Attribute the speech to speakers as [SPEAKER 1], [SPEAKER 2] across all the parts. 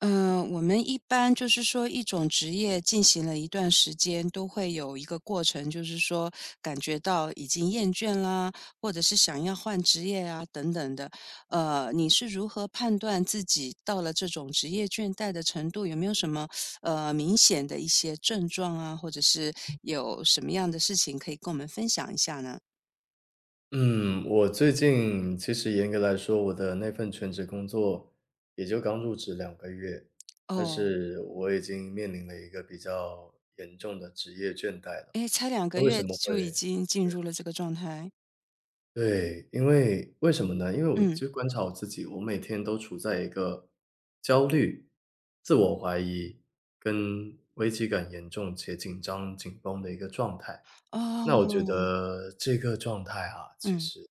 [SPEAKER 1] 我们一般就是说一种职业进行了一段时间，都会有一个过程，就是说感觉到已经厌倦啦，或者是想要换职业啊等等的。你是如何判断自己到了这种职业倦怠的程度？有没有什么明显的一些症状啊，或者是有什么样的事情可以跟我们分享一下呢？
[SPEAKER 2] 嗯，我最近其实严格来说，我的那份全职工作也就刚入职2个月，但
[SPEAKER 1] 哦，
[SPEAKER 2] 是我已经面临了一个比较严重的职业倦怠了。
[SPEAKER 1] 诶，才两
[SPEAKER 2] 那
[SPEAKER 1] 个
[SPEAKER 2] 为什
[SPEAKER 1] 月
[SPEAKER 2] 么会
[SPEAKER 1] 就已经进入了这个状态，
[SPEAKER 2] 对，为什么呢？因为我
[SPEAKER 1] 嗯，
[SPEAKER 2] 就观察我自己，我每天都处在一个焦虑、自我怀疑跟危机感严重且紧张紧绷的一个状态。那我觉
[SPEAKER 1] 哦，
[SPEAKER 2] 得这个状态啊，其
[SPEAKER 1] 嗯，
[SPEAKER 2] 实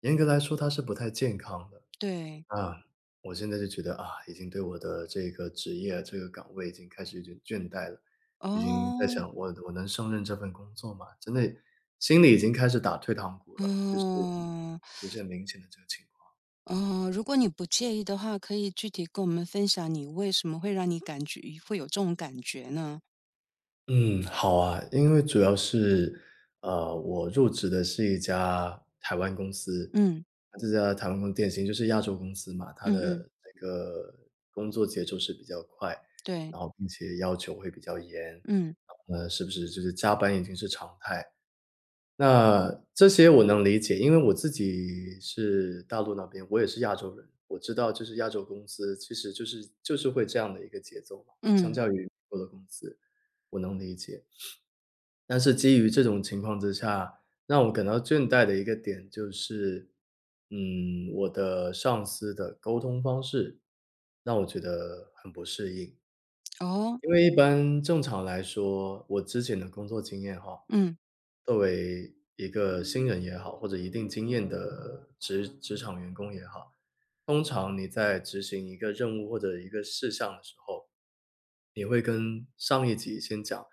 [SPEAKER 2] 严格来说它是不太健康的。
[SPEAKER 1] 对。
[SPEAKER 2] 啊，我现在就觉得啊，已经对我的这个职业、这个岗位已经开始有点倦怠了，已经在
[SPEAKER 1] 哦，
[SPEAKER 2] 想我能胜任这份工作吗？真的心里已经开始打退堂鼓了，就是
[SPEAKER 1] 哦，
[SPEAKER 2] 出现明显的这个情况。
[SPEAKER 1] 哦，如果你不介意的话，可以具体跟我们分享你为什么会让你感觉会有这种感觉呢？
[SPEAKER 2] 嗯，好啊，因为主要是我入职的是一家台湾公司，
[SPEAKER 1] 嗯，
[SPEAKER 2] 这家台湾公司典型就是亚洲公司嘛，它
[SPEAKER 1] 嗯嗯，
[SPEAKER 2] 的这个工作节奏是比较快，
[SPEAKER 1] 对，
[SPEAKER 2] 然后并且要求会比较严。
[SPEAKER 1] 嗯，
[SPEAKER 2] 是不是就是加班已经是常态？那这些我能理解，因为我自己是大陆那边，我也是亚洲人，我知道就是亚洲公司其实就是会这样的一个节奏嘛，相
[SPEAKER 1] 嗯，
[SPEAKER 2] 较于美国的公司，我能理解。但是基于这种情况之下，让我感到倦怠的一个点就是，我的上司的沟通方式让我觉得很不适应。
[SPEAKER 1] 哦，
[SPEAKER 2] 因为一般正常来说，我之前的工作经验哈，
[SPEAKER 1] 嗯，
[SPEAKER 2] 作为一个新人也好，或者一定经验的职场员工也好，通常你在执行一个任务或者一个事项的时候，你会跟上一级先讲，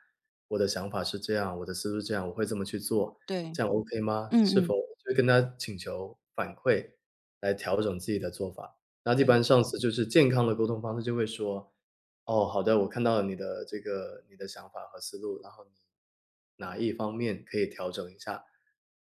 [SPEAKER 2] 我的想法是这样，我的思路是这样，我会这么去做，
[SPEAKER 1] 对，
[SPEAKER 2] 这样 OK 吗？
[SPEAKER 1] 嗯
[SPEAKER 2] 是否
[SPEAKER 1] 嗯，
[SPEAKER 2] 就会跟他请求反馈来调整自己的做法。那一
[SPEAKER 1] 对，
[SPEAKER 2] 般上司就是健康的沟通方式就会说，哦，好的，我看到了你的想法和思路，然后你哪一方面可以调整一下，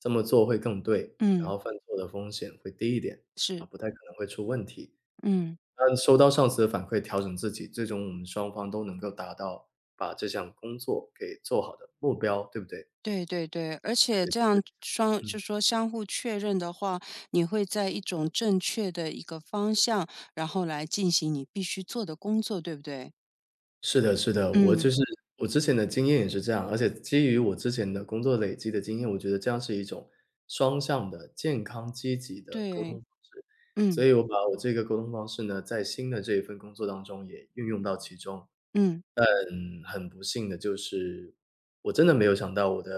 [SPEAKER 2] 这么做会更对，然
[SPEAKER 1] 嗯，
[SPEAKER 2] 后犯错的风险会低一点，啊，
[SPEAKER 1] 是，
[SPEAKER 2] 不太可能会出问题。
[SPEAKER 1] 嗯。
[SPEAKER 2] 嗯，收到上司的反馈，调整自己，最终我们双方都能够达到把这项工作给做好的目标，对不对？
[SPEAKER 1] 对对对，而
[SPEAKER 2] 对
[SPEAKER 1] 且
[SPEAKER 2] 对，就
[SPEAKER 1] 这样
[SPEAKER 2] 是
[SPEAKER 1] 双就
[SPEAKER 2] 嗯，
[SPEAKER 1] 说相互确认的话，你会在一种正确的一个方向，然后来进行你必须做的工作，对不对？
[SPEAKER 2] 是的是的，我
[SPEAKER 1] 嗯，
[SPEAKER 2] 就是我之前的经验也是这样，而且基于我之前的工作累积的经验，我觉得这样是一种双向的、健康、积极的沟通
[SPEAKER 1] 对，
[SPEAKER 2] 方式。所
[SPEAKER 1] 嗯
[SPEAKER 2] 以我把我这个沟通方式呢，在新的这一份工作当中也运用到其中。
[SPEAKER 1] 嗯。
[SPEAKER 2] 嗯，很不幸的就是，我真的没有想到我的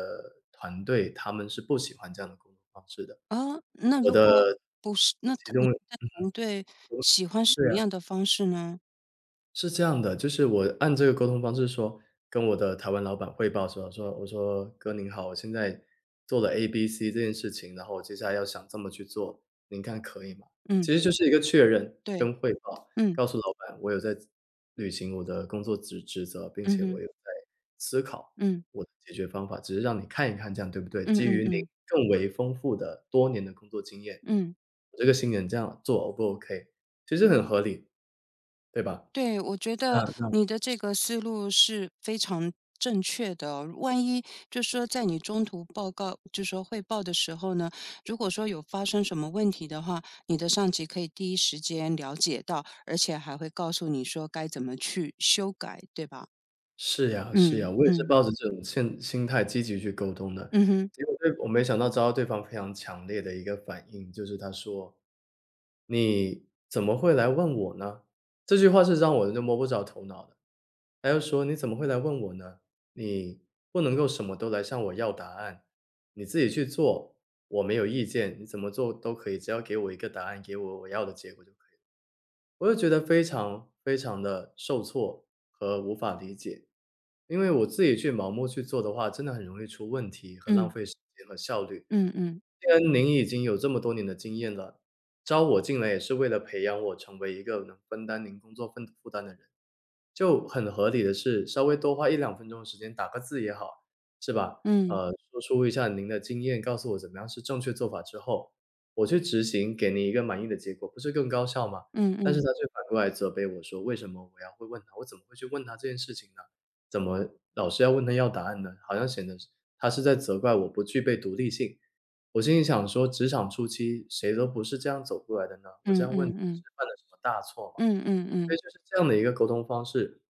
[SPEAKER 2] 团队他们是不喜欢这样的工作方式的。
[SPEAKER 1] 啊，那
[SPEAKER 2] 我
[SPEAKER 1] 如果
[SPEAKER 2] 的
[SPEAKER 1] 不是，那
[SPEAKER 2] 其
[SPEAKER 1] 他你
[SPEAKER 2] 中
[SPEAKER 1] 们的团队喜欢什
[SPEAKER 2] 对
[SPEAKER 1] 么
[SPEAKER 2] 啊。
[SPEAKER 1] 样的方式呢？
[SPEAKER 2] 是这样的，就是我按这个沟通方式说，跟我的台湾老板汇报说，说我说："哥您好，我现在做了 A、B、C 这件事情，然后我接下来要想这么去做，您看可以吗？"
[SPEAKER 1] 嗯，
[SPEAKER 2] 其实就是一个确认
[SPEAKER 1] 对，
[SPEAKER 2] 跟汇报，
[SPEAKER 1] 嗯，
[SPEAKER 2] 告诉老板我有在履行我的工作职责，并
[SPEAKER 1] 嗯
[SPEAKER 2] 且我
[SPEAKER 1] 哼，
[SPEAKER 2] 有在思考
[SPEAKER 1] 嗯，
[SPEAKER 2] 我的解决方法，只是让你看一看这样对不对？
[SPEAKER 1] 嗯
[SPEAKER 2] 基
[SPEAKER 1] 嗯
[SPEAKER 2] 于您
[SPEAKER 1] 嗯
[SPEAKER 2] 更为丰富的多年的工作经验，
[SPEAKER 1] 嗯，
[SPEAKER 2] 我这个新人这样做 O 不 OK？其实很合理，对吧？
[SPEAKER 1] 对，我觉
[SPEAKER 2] 那
[SPEAKER 1] 得
[SPEAKER 2] 那
[SPEAKER 1] 你的这个思路是非常正确的哦。万一就说在你中途报告，就说汇报的时候呢，如果说有发生什么问题的话，你的上级可以第一时间了解到，而且还会告诉你说该怎么去修改，对吧？
[SPEAKER 2] 是呀，是呀，
[SPEAKER 1] 嗯
[SPEAKER 2] 我也是
[SPEAKER 1] 嗯
[SPEAKER 2] 抱着这种心态积极去沟通的，
[SPEAKER 1] 嗯哼，
[SPEAKER 2] 结果我没想到遭到对方非常强烈的一个反应，就是他说："你怎么会来问我呢？"这句话是让我就摸不着头脑的。他又说："你怎么会来问我呢？你不能够什么都来向我要答案，你自己去做，我没有意见，你怎么做都可以，只要给我一个答案，给我我要的结果就。"可以。"我就觉得非常非常的受挫和无法理解。因为我自己去盲目去做的话，真的很容易出问题和浪
[SPEAKER 1] 嗯
[SPEAKER 2] 费时间和效率。
[SPEAKER 1] 嗯嗯。
[SPEAKER 2] 既然您已经有这么多年的经验了，招我进来也是为了培养我成为一个能分担您工作分负担的人。就很合理的是，稍微多花一两分钟的时间打个字也好，是吧？
[SPEAKER 1] 嗯，
[SPEAKER 2] 说出一下您的经验，告诉我怎么样是正确做法之后，我去执行，给您一个满意的结果，不是更高效吗？
[SPEAKER 1] 嗯
[SPEAKER 2] 但是
[SPEAKER 1] 嗯，
[SPEAKER 2] 他却反过来责备我说："为什么我要会问他？我怎么会去问他这件事情呢？怎么老是要问他要答案呢？"好像显得是他是在责怪我不具备独立性。我心里想说，职场初期谁都不是这样走过来的呢？我这
[SPEAKER 1] 嗯
[SPEAKER 2] 样问
[SPEAKER 1] 嗯
[SPEAKER 2] 是
[SPEAKER 1] 嗯，
[SPEAKER 2] 犯了什么大错吗？
[SPEAKER 1] 嗯嗯嗯，
[SPEAKER 2] 所
[SPEAKER 1] 嗯
[SPEAKER 2] 以就是这样的一个沟通方式，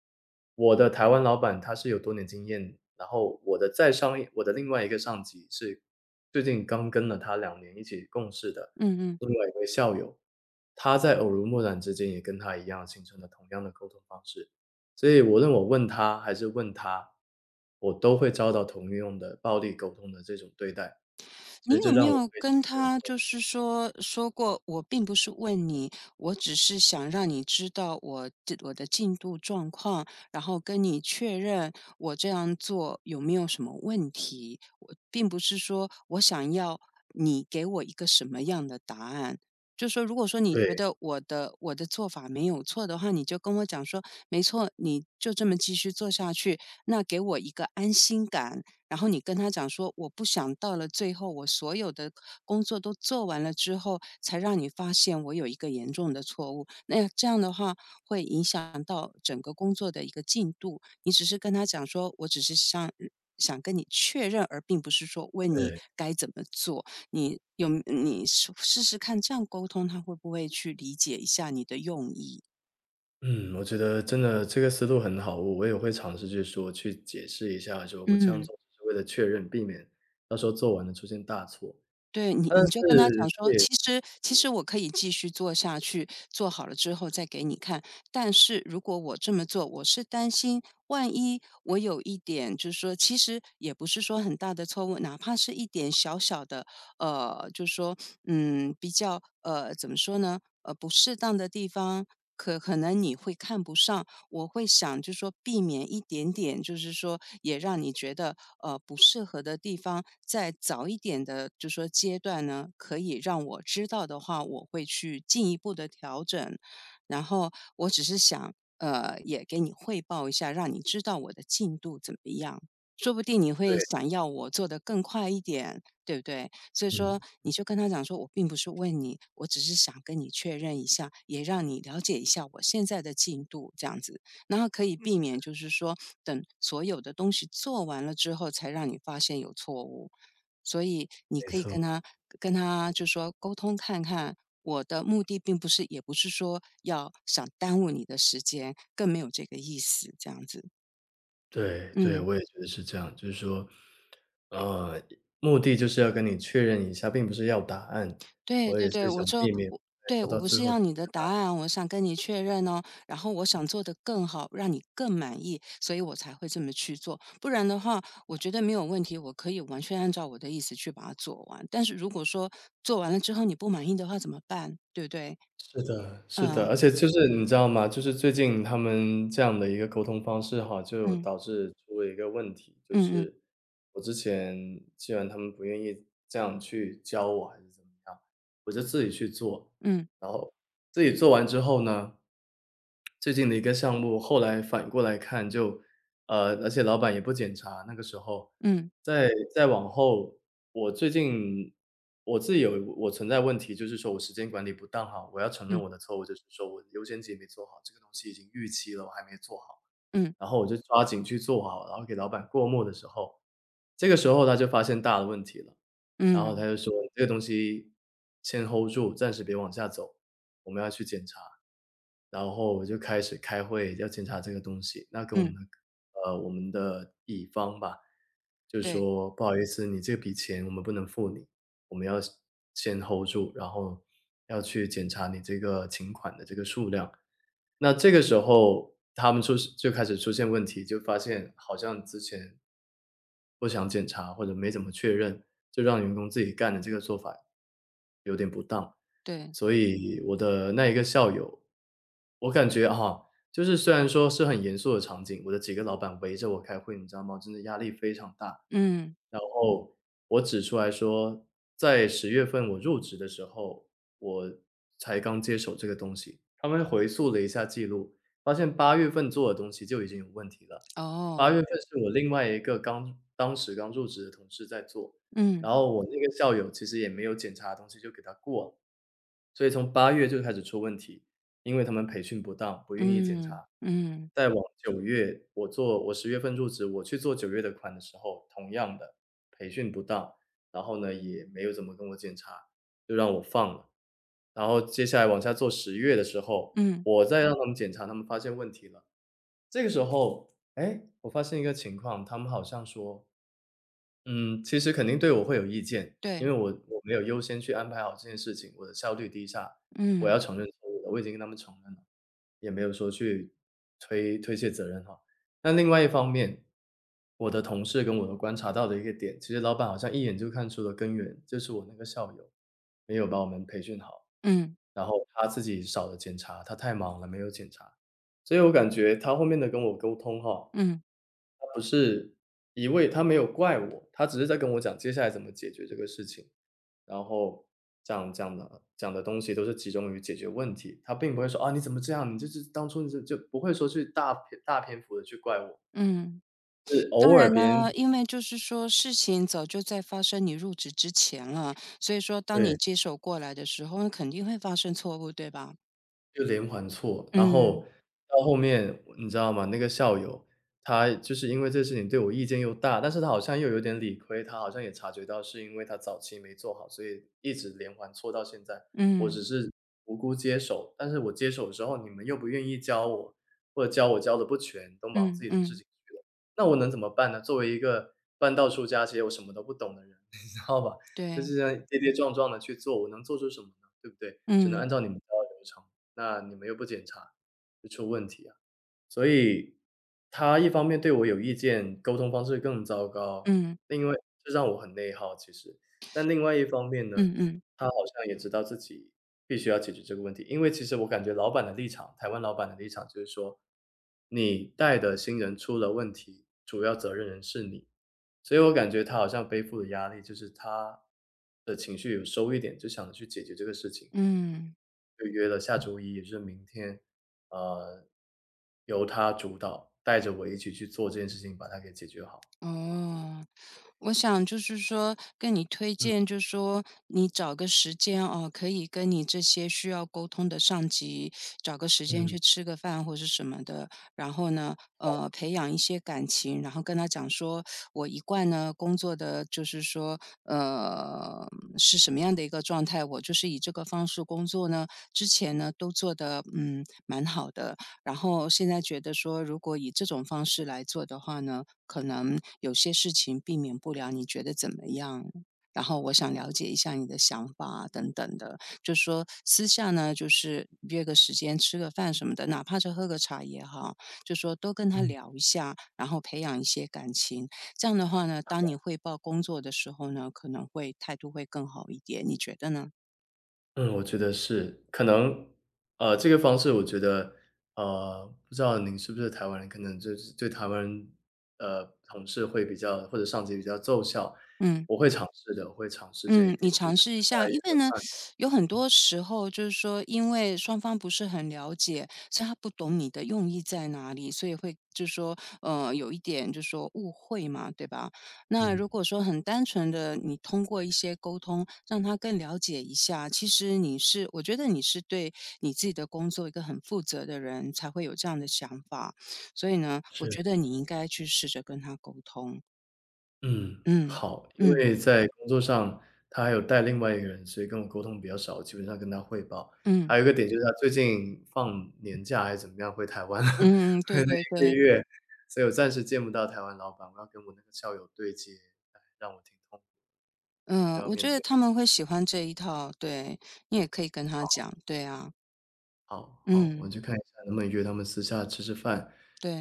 [SPEAKER 2] 我的台湾老板他是有多年经验，然后我的另外一个上级是最近刚跟了他2年一起共事的
[SPEAKER 1] 嗯。
[SPEAKER 2] 另外一位校友，他在耳濡目染之间也跟他一样形成了同样的沟通方式。所以无论我问他还是问他，我都会遭到同样的暴力沟通的这种对待，所
[SPEAKER 1] 你
[SPEAKER 2] 以这
[SPEAKER 1] 有没
[SPEAKER 2] 让我
[SPEAKER 1] 有
[SPEAKER 2] 非常
[SPEAKER 1] 跟
[SPEAKER 2] 非常
[SPEAKER 1] 他就是说说过，我并不是问你，我只是想让你知道我的进度状况，然后跟你确认我这样做有没有什么问题？我并不是说我想要你给我一个什么样的答案。就说，如果说你觉
[SPEAKER 2] 对，
[SPEAKER 1] 得我的做法没有错的话，你就跟我讲说，没错，你就这么继续做下去，那给我一个安心感，然后你跟他讲说，我不想到了最后，我所有的工作都做完了之后，才让你发现我有一个严重的错误。那这样的话会影响到整个工作的一个进度。你只是跟他讲说，我只是想跟你确认，而并不是说问你
[SPEAKER 2] 对。
[SPEAKER 1] 该怎么做。你试试看，这样沟通他会不会去理解一下你的用意？
[SPEAKER 2] 嗯，我觉得真的这个思路很好，我也会尝试去说，去解释一下，说我这样
[SPEAKER 1] 嗯。
[SPEAKER 2] 做是为了确认，避免到时候做完了出现大错。
[SPEAKER 1] 对，你
[SPEAKER 2] 但
[SPEAKER 1] 你就跟他讲
[SPEAKER 2] 是这
[SPEAKER 1] 说，
[SPEAKER 2] 也
[SPEAKER 1] 其实我可以继续做下去，做好了之后再给你看。但是如果我这么做，我是担心万一我有一点，就是说，其实也不是说很大的错误，哪怕是一点小小的，就是说，嗯，比较怎么说呢？不适当的地方，可能你会看不上，我会想就是说避免一点点，就是说也让你觉得不适合的地方，在早一点的就是说阶段呢，可以让我知道的话，我会去进一步的调整。然后我只是想也给你汇报一下，让你知道我的进度怎么样。说不定你
[SPEAKER 2] 对，
[SPEAKER 1] 会想要我做得更快一点，对不对？所以说，
[SPEAKER 2] 嗯，
[SPEAKER 1] 你就跟他讲说，我并不是问你，我只是想跟你确认一下，也让你了解一下我现在的进度，这样子。然后可以避免就是说等所有的东西做完了之后，才让你发现有错误。所以你
[SPEAKER 2] 没
[SPEAKER 1] 可以
[SPEAKER 2] 错，
[SPEAKER 1] 跟他就说沟通看看，我的目的并不是，也不是说要想耽误你的时间，更没有这个意思，这样子。
[SPEAKER 2] 对对，
[SPEAKER 1] 嗯。
[SPEAKER 2] 我也觉得是这样，就是说，呃，目的就是要跟你确认一下，并不是要答案。
[SPEAKER 1] 对
[SPEAKER 2] 我也
[SPEAKER 1] 对对，
[SPEAKER 2] 是
[SPEAKER 1] 我
[SPEAKER 2] 想
[SPEAKER 1] 就
[SPEAKER 2] 避免，
[SPEAKER 1] 我
[SPEAKER 2] 哎，
[SPEAKER 1] 对，
[SPEAKER 2] 做
[SPEAKER 1] 我
[SPEAKER 2] 到
[SPEAKER 1] 不
[SPEAKER 2] 最
[SPEAKER 1] 是
[SPEAKER 2] 后
[SPEAKER 1] 要
[SPEAKER 2] 出
[SPEAKER 1] 你
[SPEAKER 2] 一
[SPEAKER 1] 的
[SPEAKER 2] 个大
[SPEAKER 1] 答
[SPEAKER 2] 错。
[SPEAKER 1] 案，我想跟你确认哦，然后我想做得更好，让你更满意，所以我才会这么去做。不然的话，我觉得没有问题，我可以完全按照我的意思去把它做完。但是如果说做完了之后你不满意的话怎么办？对不对？
[SPEAKER 2] 是的，是的，
[SPEAKER 1] 嗯
[SPEAKER 2] 而且就是你知道吗？就是最近他们这样的一个沟通方式哈，就
[SPEAKER 1] 嗯
[SPEAKER 2] 导致出了一个问题，就
[SPEAKER 1] 嗯
[SPEAKER 2] 是
[SPEAKER 1] 嗯
[SPEAKER 2] 我之前既然他们不愿意这样去教我还是怎么样，我就自己去做，然后自己做完之后呢，最近的一个项目后来反过来看而且老板也不检查，那个时候
[SPEAKER 1] 嗯
[SPEAKER 2] 再往后，我最近我自己有我存在问题，就是说我时间管理不当哈，我要承认
[SPEAKER 1] 嗯
[SPEAKER 2] 我的错误，就是说我优先级没做好，这个东西已经预期了，我还没做好。
[SPEAKER 1] 嗯
[SPEAKER 2] 然后我就抓紧去做好，然后给老板过目的时候，这个时候他就发现大的问题了，然后
[SPEAKER 1] 嗯
[SPEAKER 2] 他
[SPEAKER 1] 嗯，
[SPEAKER 2] 就说："这个东西先 hold 住，暂时别往下走，我们要去检查。"然后我就开始开会，要检查这个东西。那跟我们
[SPEAKER 1] 嗯
[SPEAKER 2] 的我们的乙方吧，就
[SPEAKER 1] 对
[SPEAKER 2] 说："不好意思，你这笔钱我们不能付你，我们要先 hold 住，然后要去检查你这个请款的这个数量。"那这个时候他们就开始出现问题，就发现好像之前不想检查或者没怎么确认，就让员工自己干的这个做法有点不当。
[SPEAKER 1] 对，
[SPEAKER 2] 所以我的那一个校友，我感觉哈，就是虽然说是很严肃的场景，我的几个老板围着我开会，你知道吗？真的压力非常大。
[SPEAKER 1] 嗯
[SPEAKER 2] 然后我指出来说，在10月份我入职的时候，我才刚接手这个东西。他们回溯了一下记录，发现8月份做的东西就已经有问题了。八
[SPEAKER 1] 哦，
[SPEAKER 2] 月份是我另外一个当时刚入职的同事在做，
[SPEAKER 1] 嗯
[SPEAKER 2] 然后我那个校友其实也没有检查的东西就给他过了。所以从八月就开始出问题，因为他们培训不当，不愿意检
[SPEAKER 1] 嗯
[SPEAKER 2] 查。
[SPEAKER 1] 嗯
[SPEAKER 2] 再往九月，我十月份入职，我去做九月的款的时候，同样的培训不当，然后呢，也没有怎么跟我检查，就让我放了。然后接下来往下做十月的时候，
[SPEAKER 1] 嗯，
[SPEAKER 2] 我再让他们检查，他们发现问题了。这个时候，哎，我发现一个情况，他们好像说其实肯定对我会有意见，因
[SPEAKER 1] 对，
[SPEAKER 2] 为我没有优先去安排好这件事情，我的效率低下，我
[SPEAKER 1] 嗯
[SPEAKER 2] 要承认错误的，我已经跟他们承认了，也没有说去推卸责任哈。那另外一方面，我的同事跟我都观察到的一个点，其实老板好像一眼就看出了根源，就是我那个校友没有把我们培训好，
[SPEAKER 1] 嗯
[SPEAKER 2] 然后他自己少了检查，他太忙了没有检查，所以我感觉他后面的跟我沟通哈。
[SPEAKER 1] 嗯
[SPEAKER 2] 他不是一味他没有怪我，他只是在跟我讲接下来怎么解决这个事情，然后讲的东西都是集中于解决问题，他并不会说：“啊，你怎么这样？你就是当初你就就”不会说去大篇幅的去怪我，
[SPEAKER 1] 嗯。
[SPEAKER 2] 是
[SPEAKER 1] 当
[SPEAKER 2] 偶尔
[SPEAKER 1] 然
[SPEAKER 2] 别
[SPEAKER 1] 呢，
[SPEAKER 2] 人
[SPEAKER 1] 因为就是说事情早就在发生你入职之前了，所以说当你
[SPEAKER 2] 对。
[SPEAKER 1] 接手过来的时候，肯定会发生错误，对吧？
[SPEAKER 2] 就连环错，然
[SPEAKER 1] 嗯
[SPEAKER 2] 后到后面你知道吗？那个校友，他就是因为这事情对我意见又大，但是他好像又有点理亏，他好像也察觉到是因为他早期没做好，所以一直连环错到现在。我
[SPEAKER 1] 嗯
[SPEAKER 2] 只是无辜接手，但是我接手之后，你们又不愿意教我，或者教我教的不全，都忙自
[SPEAKER 1] 嗯
[SPEAKER 2] 己的事
[SPEAKER 1] 嗯，
[SPEAKER 2] 情去了，那我能怎么办呢？作为一个半道出家，其实我什么都不懂的人，你知道吧？就
[SPEAKER 1] 对，
[SPEAKER 2] 是这样跌跌撞撞的去做，我能做出什么呢？对不对？只能
[SPEAKER 1] 嗯
[SPEAKER 2] 按照你们教的流程。那你们又不检查，就出问题啊。所以他一方面对我有意见，沟通方式更糟糕，
[SPEAKER 1] 嗯
[SPEAKER 2] 另外这让我很内耗其实。但另外一方面呢，
[SPEAKER 1] 嗯嗯
[SPEAKER 2] 他好像也知道自己必须要解决这个问题，因为其实我感觉老板的立场台湾老板的立场就是说，你带的新人出了问题，主要责任人是你。所以我感觉他好像背负的压力就是他的情绪有收一点，就想着去解决这个事情。
[SPEAKER 1] 嗯，
[SPEAKER 2] 就约了下周一，也就是明天，呃，由他主导，带着我一起去做这件事情，把它给解决好。
[SPEAKER 1] 哦。我想就是说，跟你推荐，
[SPEAKER 2] 嗯
[SPEAKER 1] 就是说你找个时间哦，可以跟你这些需要沟通的上级找个时间
[SPEAKER 2] 嗯
[SPEAKER 1] 去吃个饭或是什么的，然后呢，培养一些感情，然后跟他讲说，我一贯呢工作的就是说，呃，是什么样的一个状态，我就是以这个方式工作呢，之前呢都做的蛮好的，然后现在觉得说，如果以这种方式来做的话呢。可能有些事情避免不了，你觉得怎么样？然后我想了解一下你的想法啊等等的，就说私下呢，就是约个时间吃个饭什么的，哪怕是喝个茶也好，就说多跟他
[SPEAKER 2] 嗯。
[SPEAKER 1] 聊一下，然后培养一些感情。这样的话呢，当你汇报工作的时候呢，可能会态度会更好一点，你觉得呢？
[SPEAKER 2] 嗯，我觉得是，可能，这个方式我觉得，不知道您是不是台湾人，可能就是对台湾人同事会比较或者上级比较奏效，
[SPEAKER 1] 嗯。
[SPEAKER 2] 我会尝试的，我会尝试这一
[SPEAKER 1] 嗯，
[SPEAKER 2] 点，
[SPEAKER 1] 你
[SPEAKER 2] 我觉得
[SPEAKER 1] 尝试
[SPEAKER 2] 接
[SPEAKER 1] 一
[SPEAKER 2] 下来
[SPEAKER 1] 下，
[SPEAKER 2] 一
[SPEAKER 1] 因为
[SPEAKER 2] 个
[SPEAKER 1] 呢，有很多时候就是说，因为双方不是很了解，所以他不懂你的用意在哪里，所以会就是说，有一点就是说误会嘛，对吧？那
[SPEAKER 2] 嗯，
[SPEAKER 1] 如果说很单纯的，你通过一些沟通让他更了解一下，其实你是，我觉得你是对你自己的工作一个很负责的人，才会有这样的想法。所以呢，我
[SPEAKER 2] 是。
[SPEAKER 1] 觉得你应该去试着跟他沟通。
[SPEAKER 2] 嗯，
[SPEAKER 1] 嗯
[SPEAKER 2] 好。因
[SPEAKER 1] 嗯
[SPEAKER 2] 为在工作上，他还有带另外一个人，所以跟我沟通比较少，基本上跟他汇报。
[SPEAKER 1] 嗯
[SPEAKER 2] 还有一个点就是他最近放年假还是怎么样回台湾了，
[SPEAKER 1] 嗯嗯，
[SPEAKER 2] 回
[SPEAKER 1] 对
[SPEAKER 2] 了
[SPEAKER 1] 对
[SPEAKER 2] 一个
[SPEAKER 1] 对。
[SPEAKER 2] 月，所以我暂时见不到台湾老板，我要跟我那个校友对接，哎，让我挺痛苦都
[SPEAKER 1] 嗯，
[SPEAKER 2] 要
[SPEAKER 1] 我
[SPEAKER 2] 面
[SPEAKER 1] 觉得
[SPEAKER 2] 对。
[SPEAKER 1] 他们会喜欢这一套，对，你也可以跟他讲，对啊，
[SPEAKER 2] 好，好，我
[SPEAKER 1] 嗯，
[SPEAKER 2] 去看一下能不能约他们私下吃吃饭，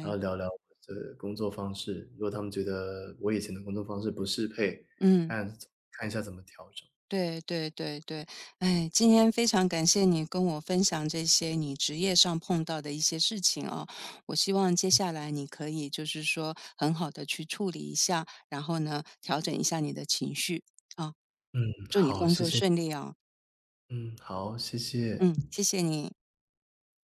[SPEAKER 2] 然后聊聊我的工作方式，如果他们觉得我以前的工作方式不适配，
[SPEAKER 1] 嗯，
[SPEAKER 2] 看看一下怎么调整。
[SPEAKER 1] 对对对对，哎，今天非常感谢你跟我分享这些你职业上碰到的一些事情啊！我希望接下来你可以就是说很好的去处理一下，然后呢，调整一下你的情绪啊，
[SPEAKER 2] 嗯，
[SPEAKER 1] 祝你
[SPEAKER 2] 好，
[SPEAKER 1] 工
[SPEAKER 2] 谢
[SPEAKER 1] 作
[SPEAKER 2] 谢。
[SPEAKER 1] 顺利啊！
[SPEAKER 2] 嗯，好，谢谢。
[SPEAKER 1] 嗯，谢谢你。